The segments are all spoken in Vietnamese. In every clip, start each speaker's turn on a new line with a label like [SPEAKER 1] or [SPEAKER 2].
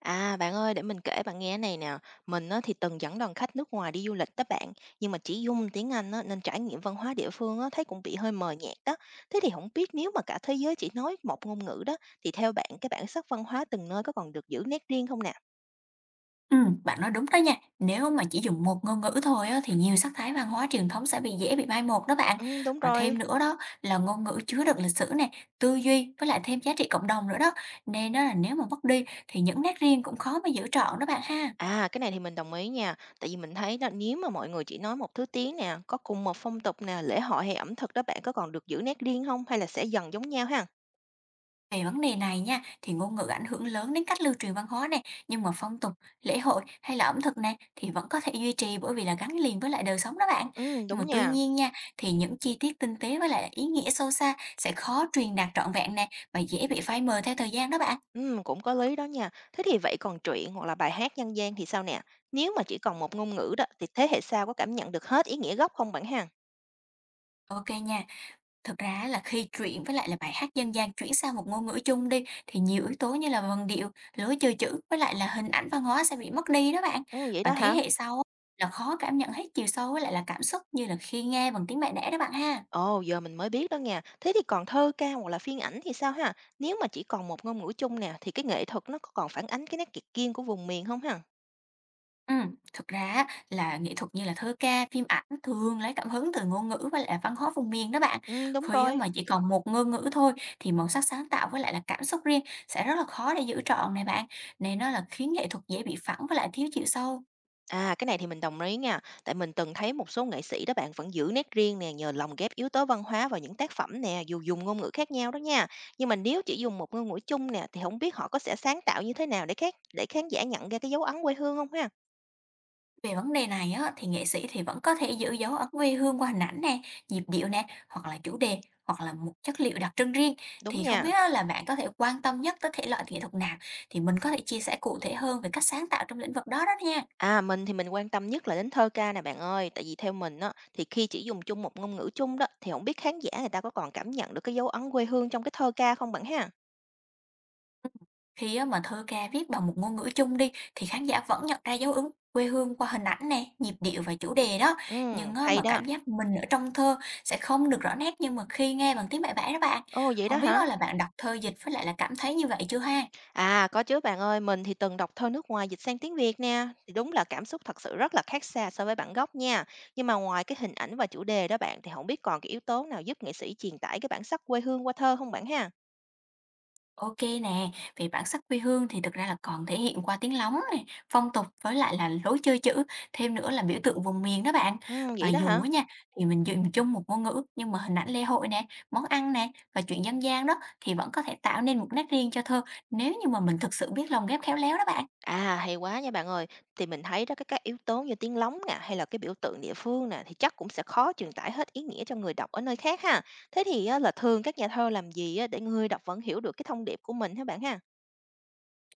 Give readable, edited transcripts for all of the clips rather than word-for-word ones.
[SPEAKER 1] À, bạn ơi, để mình kể bạn nghe này nè. Mình á, thì từng dẫn đoàn khách nước ngoài đi du lịch đó bạn, nhưng mà chỉ dùng tiếng Anh á, nên trải nghiệm văn hóa địa phương á, thấy cũng bị hơi mờ nhạt đó. Thế thì không biết nếu mà cả thế giới chỉ nói một ngôn ngữ đó, thì theo bạn cái bản sắc văn hóa từng nơi có còn được giữ nét riêng không nè?
[SPEAKER 2] Bạn nói đúng đó nha. Nếu mà chỉ dùng một ngôn ngữ thôi á, thì nhiều sắc thái văn hóa truyền thống sẽ dễ bị mai một đó bạn.
[SPEAKER 1] Ừ, đúng
[SPEAKER 2] Và thêm
[SPEAKER 1] rồi.
[SPEAKER 2] nữa đó là ngôn ngữ chứa đựng lịch sử nè, tư duy với lại thêm giá trị cộng đồng nữa đó. Nên đó là nếu mà mất đi thì những nét riêng cũng khó mà giữ trọn đó bạn ha.
[SPEAKER 1] À, cái này thì mình đồng ý nha. Tại vì mình thấy là nếu mà mọi người chỉ nói một thứ tiếng nè, có cùng một phong tục nè, lễ hội hay ẩm thực đó bạn có còn được giữ nét riêng không? Hay là sẽ dần giống nhau ha?
[SPEAKER 2] Về vấn đề này nha, thì ngôn ngữ ảnh hưởng lớn đến cách lưu truyền văn hóa này, nhưng mà phong tục, lễ hội hay là ẩm thực này thì vẫn có thể duy trì bởi vì là gắn liền với lại đời sống đó bạn.
[SPEAKER 1] Ừ,
[SPEAKER 2] Nhưng
[SPEAKER 1] đúng
[SPEAKER 2] mà tuy
[SPEAKER 1] nha.
[SPEAKER 2] nhiên nha, thì những chi tiết tinh tế với lại ý nghĩa sâu xa sẽ khó truyền đạt trọn vẹn nè và dễ bị phai mờ theo thời gian đó bạn.
[SPEAKER 1] Cũng có lý đó nha. Thế thì vậy còn truyện hoặc là bài hát dân gian thì sao nè? Nếu mà chỉ còn một ngôn ngữ đó thì thế hệ sau có cảm nhận được hết ý nghĩa gốc không bạn ha?
[SPEAKER 2] Ok nha. Thực ra á là khi chuyển với lại là bài hát dân gian chuyển sang một ngôn ngữ chung đi, thì nhiều yếu tố như là vần điệu, lối chơi chữ với lại là hình ảnh văn hóa sẽ bị mất đi đó bạn.
[SPEAKER 1] Ồ, vậy
[SPEAKER 2] Và
[SPEAKER 1] đó
[SPEAKER 2] thế
[SPEAKER 1] hả?
[SPEAKER 2] hệ sau á, là khó cảm nhận hết chiều sâu với lại là cảm xúc như là khi nghe bằng tiếng mẹ đẻ đó bạn ha.
[SPEAKER 1] Ồ, giờ mình mới biết đó nha. Thế thì còn thơ ca hoặc là phim ảnh thì sao ha? Nếu mà chỉ còn một ngôn ngữ chung nè thì cái nghệ thuật nó có còn phản ánh cái nét kiệt kiên của vùng miền không ha?
[SPEAKER 2] ừ Thực ra á, là nghệ thuật như là thơ ca, phim ảnh thường lấy cảm hứng từ ngôn ngữ với lại là văn hóa vùng miền đó bạn.
[SPEAKER 1] Ừ, đúng
[SPEAKER 2] Khi á
[SPEAKER 1] rồi.
[SPEAKER 2] mà chỉ còn một ngôn ngữ thôi thì màu sắc sáng tạo với lại là cảm xúc riêng sẽ rất là khó để giữ trọn này bạn. Nên nó là khiến nghệ thuật dễ bị phẳng với lại thiếu chiều sâu.
[SPEAKER 1] À, cái này thì mình đồng ý nha, tại mình từng thấy một số nghệ sĩ đó bạn vẫn giữ nét riêng nè, nhờ lồng ghép yếu tố văn hóa vào những tác phẩm nè, dù dùng ngôn ngữ khác nhau đó nha. Nhưng mà nếu chỉ dùng một ngôn ngữ chung nè, thì không biết họ có sẽ sáng tạo như thế nào để khán giả nhận ra cái dấu ấn quê hương không ha?
[SPEAKER 2] Về vấn đề này á, thì nghệ sĩ thì vẫn có thể giữ dấu ấn quê hương qua hình ảnh nè, nhịp điệu nè, hoặc là chủ đề, hoặc là một chất liệu đặc trưng riêng.
[SPEAKER 1] Đúng
[SPEAKER 2] Thì không
[SPEAKER 1] nha.
[SPEAKER 2] biết á, là bạn có thể quan tâm nhất tới thể loại nghệ thuật nào, thì mình có thể chia sẻ cụ thể hơn về cách sáng tạo trong lĩnh vực đó đó nha.
[SPEAKER 1] À, mình quan tâm nhất là đến thơ ca nè bạn ơi, tại vì theo mình á, thì khi chỉ dùng chung một ngôn ngữ chung đó, thì không biết khán giả người ta có còn cảm nhận được cái dấu ấn quê hương trong cái thơ ca không bạn ha?
[SPEAKER 2] Ừ. Khi á, mà thơ ca viết bằng một ngôn ngữ chung đi, thì khán giả vẫn nhận ra dấu ấn quê hương qua hình ảnh nè, nhịp điệu và chủ đề đó.
[SPEAKER 1] Ừ,
[SPEAKER 2] Nhưng á,
[SPEAKER 1] hay
[SPEAKER 2] mà
[SPEAKER 1] đó.
[SPEAKER 2] cảm giác mình ở trong thơ sẽ không được rõ nét nhưng mà khi nghe bằng tiếng mẹ bản đó bạn.
[SPEAKER 1] Ồ, vậy đó
[SPEAKER 2] Không biết
[SPEAKER 1] hả?
[SPEAKER 2] á, là bạn đọc thơ dịch với lại là cảm thấy như vậy chưa ha?
[SPEAKER 1] À, có chứ bạn ơi, mình thì từng đọc thơ nước ngoài dịch sang tiếng Việt nè, thì đúng là cảm xúc thật sự rất là khác xa so với bản gốc nha. Nhưng mà ngoài cái hình ảnh và chủ đề đó bạn thì không biết còn cái yếu tố nào giúp nghệ sĩ truyền tải cái bản sắc quê hương qua thơ không bạn ha?
[SPEAKER 2] OK nè, về bản sắc quê hương thì thực ra là còn thể hiện qua tiếng lóng này, phong tục với lại là lối chơi chữ, thêm nữa là biểu tượng vùng miền đó bạn.
[SPEAKER 1] Ừ,
[SPEAKER 2] Và
[SPEAKER 1] vậy đó
[SPEAKER 2] dù
[SPEAKER 1] hả?
[SPEAKER 2] á nha, thì mình dùng chung một ngôn ngữ nhưng mà hình ảnh lễ hội nè, món ăn nè và chuyện dân gian đó thì vẫn có thể tạo nên một nét riêng cho thơ nếu như mà mình thực sự biết lồng ghép khéo léo đó bạn.
[SPEAKER 1] À, hay quá nha bạn ơi. Thì mình thấy đó các yếu tố như tiếng lóng nè hay là cái biểu tượng địa phương nè thì chắc cũng sẽ khó truyền tải hết ý nghĩa cho người đọc ở nơi khác ha. Thế thì á, là thường các nhà thơ làm gì á, để người đọc vẫn hiểu được cái thông điệp của mình hả bạn ha?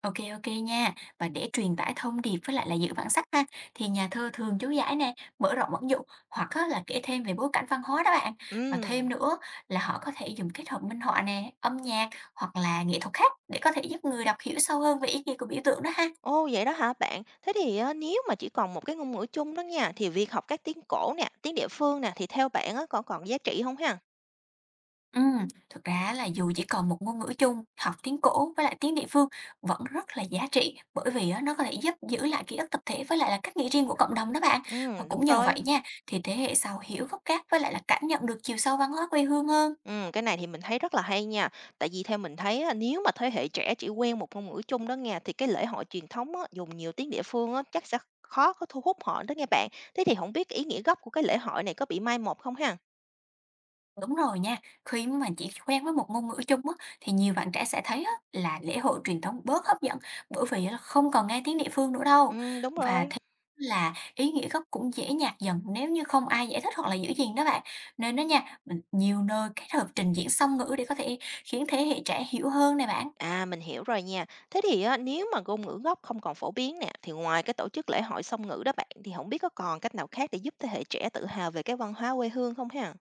[SPEAKER 2] OK, OK nha. Và để truyền tải thông điệp với lại là giữ bản sắc ha, thì nhà thơ thường chú giải nè, mở rộng ẩn dụ hoặc á là kể thêm về bối cảnh văn hóa đó bạn.
[SPEAKER 1] Ừ.
[SPEAKER 2] Và thêm nữa là họ có thể dùng kết hợp minh họa nè, âm nhạc hoặc là nghệ thuật khác để có thể giúp người đọc hiểu sâu hơn về ý nghĩa của biểu tượng đó ha.
[SPEAKER 1] Ồ, vậy đó hả bạn? Thế thì á, nếu mà chỉ còn một cái ngôn ngữ chung đó nha, thì việc học các tiếng cổ nè, tiếng địa phương nè, thì theo bạn á, có còn giá trị không ha?
[SPEAKER 2] Thực ra là dù chỉ còn một ngôn ngữ chung, học tiếng cổ với lại tiếng địa phương vẫn rất là giá trị bởi vì á, nó có thể giúp giữ lại ký ức tập thể với lại là cách nghĩ riêng của cộng đồng đó bạn.
[SPEAKER 1] Ừ,
[SPEAKER 2] Và cũng
[SPEAKER 1] đúng
[SPEAKER 2] nhờ
[SPEAKER 1] rồi.
[SPEAKER 2] vậy nha, thì thế hệ sau hiểu gốc gác với lại là cảm nhận được chiều sâu văn hóa quê hương hơn.
[SPEAKER 1] Ừ, cái này thì mình thấy rất là hay nha. Tại vì theo mình thấy á, nếu mà thế hệ trẻ chỉ quen một ngôn ngữ chung đó nha, thì cái lễ hội truyền thống á, dùng nhiều tiếng địa phương á, chắc sẽ khó có thu hút họ đó nha bạn. Thế thì không biết ý nghĩa gốc của cái lễ hội này có bị mai một không ha?
[SPEAKER 2] Đúng rồi nha, khi mà chỉ quen với một ngôn ngữ chung á, thì nhiều bạn trẻ sẽ thấy á, là lễ hội truyền thống bớt hấp dẫn bởi vì là không còn nghe tiếng địa phương nữa đâu.
[SPEAKER 1] Ừ, đúng
[SPEAKER 2] Và
[SPEAKER 1] rồi.
[SPEAKER 2] thế là ý nghĩa gốc cũng dễ nhạt dần nếu như không ai giải thích hoặc là giữ gìn đó bạn. Nên đó nha, mình nhiều nơi kết hợp trình diễn song ngữ để có thể khiến thế hệ trẻ hiểu hơn nè bạn.
[SPEAKER 1] À, mình hiểu rồi nha. Thế thì á, nếu mà ngôn ngữ gốc không còn phổ biến nè, thì ngoài cái tổ chức lễ hội song ngữ đó bạn, thì không biết có còn cách nào khác để giúp thế hệ trẻ tự hào về cái văn hóa quê hương không ha?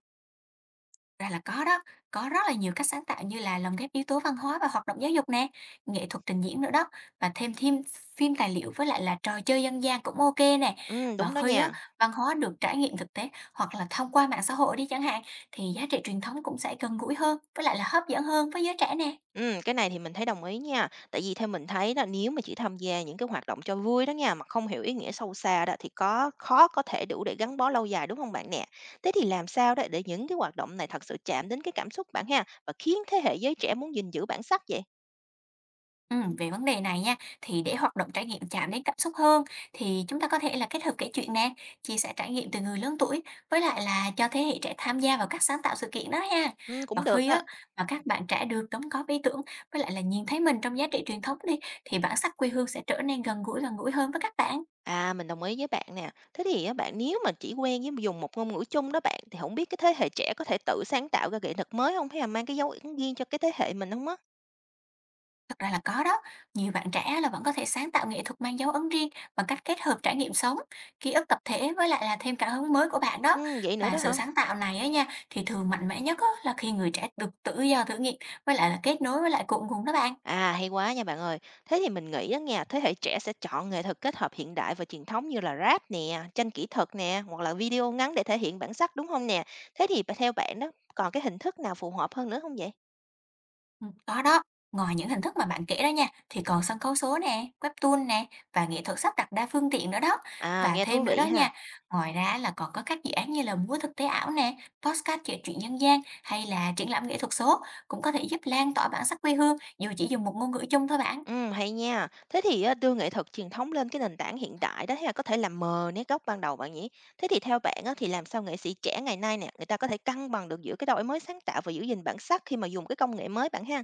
[SPEAKER 2] Ra là có đó, có rất là nhiều cách sáng tạo như là lồng ghép yếu tố văn hóa và hoạt động giáo dục nè, nghệ thuật trình diễn nữa đó và thêm thêm phim tài liệu với lại là trò chơi dân gian cũng ok nè.
[SPEAKER 1] Ừ,
[SPEAKER 2] Và
[SPEAKER 1] đúng đó
[SPEAKER 2] khi á
[SPEAKER 1] nha.
[SPEAKER 2] văn hóa được trải nghiệm thực tế hoặc là thông qua mạng xã hội đi chẳng hạn thì giá trị truyền thống cũng sẽ gần gũi hơn với lại là hấp dẫn hơn với giới trẻ nè.
[SPEAKER 1] Ừ, cái này thì mình thấy đồng ý nha. Tại vì theo mình thấy là nếu mà chỉ tham gia những cái hoạt động cho vui đó nha, mà không hiểu ý nghĩa sâu xa đó, thì có khó có thể đủ để gắn bó lâu dài đúng không bạn nè? Thế thì làm sao đó để những cái hoạt động này thật sự chạm đến cái cảm xúc bạn ha, và khiến thế hệ giới trẻ muốn gìn giữ bản sắc vậy?
[SPEAKER 2] Về vấn đề này nha, thì để hoạt động trải nghiệm chạm đến cảm xúc hơn thì chúng ta có thể là kết hợp kể chuyện nè, chia sẻ trải nghiệm từ người lớn tuổi với lại là cho thế hệ trẻ tham gia vào các sáng tạo sự kiện đó ha.
[SPEAKER 1] Ừ,
[SPEAKER 2] Và
[SPEAKER 1] cũng được
[SPEAKER 2] khi
[SPEAKER 1] đó.
[SPEAKER 2] á mà các bạn trẻ được đóng góp ý tưởng với lại là nhìn thấy mình trong giá trị truyền thống đi thì bản sắc quê hương sẽ trở nên gần gũi hơn với các bạn.
[SPEAKER 1] À, mình đồng ý với bạn nè. Thế thì á, bạn nếu mà chỉ quen với dùng một ngôn ngữ chung đó bạn thì không biết cái thế hệ trẻ có thể tự sáng tạo ra nghệ thuật mới không? Hay là mang cái dấu ấn riêng cho cái thế hệ mình không á?
[SPEAKER 2] Thật ra là có đó, nhiều bạn trẻ là vẫn có thể sáng tạo nghệ thuật mang dấu ấn riêng bằng cách kết hợp trải nghiệm sống, ký ức tập thể với lại là thêm cảm hứng mới của bạn đó.
[SPEAKER 1] Vậy nữa
[SPEAKER 2] Và
[SPEAKER 1] đó
[SPEAKER 2] sự
[SPEAKER 1] hả?
[SPEAKER 2] sáng tạo này á nha, thì thường mạnh mẽ nhất á là khi người trẻ được tự do thử nghiệm với lại là kết nối với lại cội nguồn đó bạn.
[SPEAKER 1] À, hay quá nha bạn ơi. Thế thì mình nghĩ á nha, thế hệ trẻ sẽ chọn nghệ thuật kết hợp hiện đại và truyền thống như là rap nè, tranh kỹ thuật nè, hoặc là video ngắn để thể hiện bản sắc, đúng không nè? Thế thì theo bạn đó, còn cái hình thức nào phù hợp hơn nữa không vậy?
[SPEAKER 2] Có đó. Ngoài những hình thức mà bạn kể đó nha, thì còn sân khấu số nè, webtoon nè và nghệ thuật sắp đặt đa phương tiện nữa đó.
[SPEAKER 1] À,
[SPEAKER 2] Và
[SPEAKER 1] nghe thú
[SPEAKER 2] thêm nữa đó
[SPEAKER 1] vị ha.
[SPEAKER 2] nha, ngoài ra là còn có các dự án như là múa thực tế ảo nè, podcast kể chuyện dân gian hay là triển lãm nghệ thuật số cũng có thể giúp lan tỏa bản sắc quê hương dù chỉ dùng một ngôn ngữ chung thôi bạn.
[SPEAKER 1] Hay nha. Thế thì á, đưa nghệ thuật truyền thống lên cái nền tảng hiện đại đó ha, có thể làm mờ nét gốc ban đầu bạn nhỉ? Thế thì theo bạn á, thì làm sao nghệ sĩ trẻ ngày nay nè, người ta có thể cân bằng được giữa cái đổi mới sáng tạo và giữ gìn bản sắc khi mà dùng cái công nghệ mới bạn ha?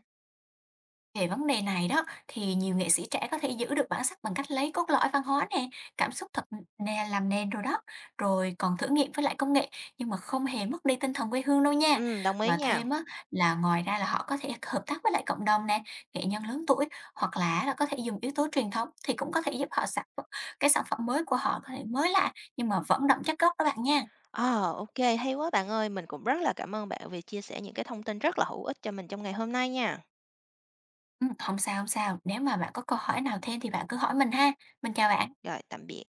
[SPEAKER 2] Về vấn đề này đó thì nhiều nghệ sĩ trẻ có thể giữ được bản sắc bằng cách lấy cốt lõi văn hóa nè, cảm xúc thật nè làm nền rồi đó, rồi còn thử nghiệm với lại công nghệ nhưng mà không hề mất đi tinh thần quê hương đâu nha.
[SPEAKER 1] Ừ, đồng ý
[SPEAKER 2] Và
[SPEAKER 1] nha.
[SPEAKER 2] thêm á là ngoài ra là họ có thể hợp tác với lại cộng đồng nè, nghệ nhân lớn tuổi hoặc là có thể dùng yếu tố truyền thống thì cũng có thể giúp họ sản phẩm, cái sản phẩm mới của họ có thể mới lạ nhưng mà vẫn đậm chất gốc đó bạn nha.
[SPEAKER 1] Ờ, ok, hay quá bạn ơi. Mình cũng rất là cảm ơn bạn vì chia sẻ những cái thông tin rất là hữu ích cho mình trong ngày hôm nay nha.
[SPEAKER 2] Ừ, không sao không sao, nếu mà bạn có câu hỏi nào thêm thì bạn cứ hỏi mình ha. Mình chào bạn.
[SPEAKER 1] Rồi, tạm biệt.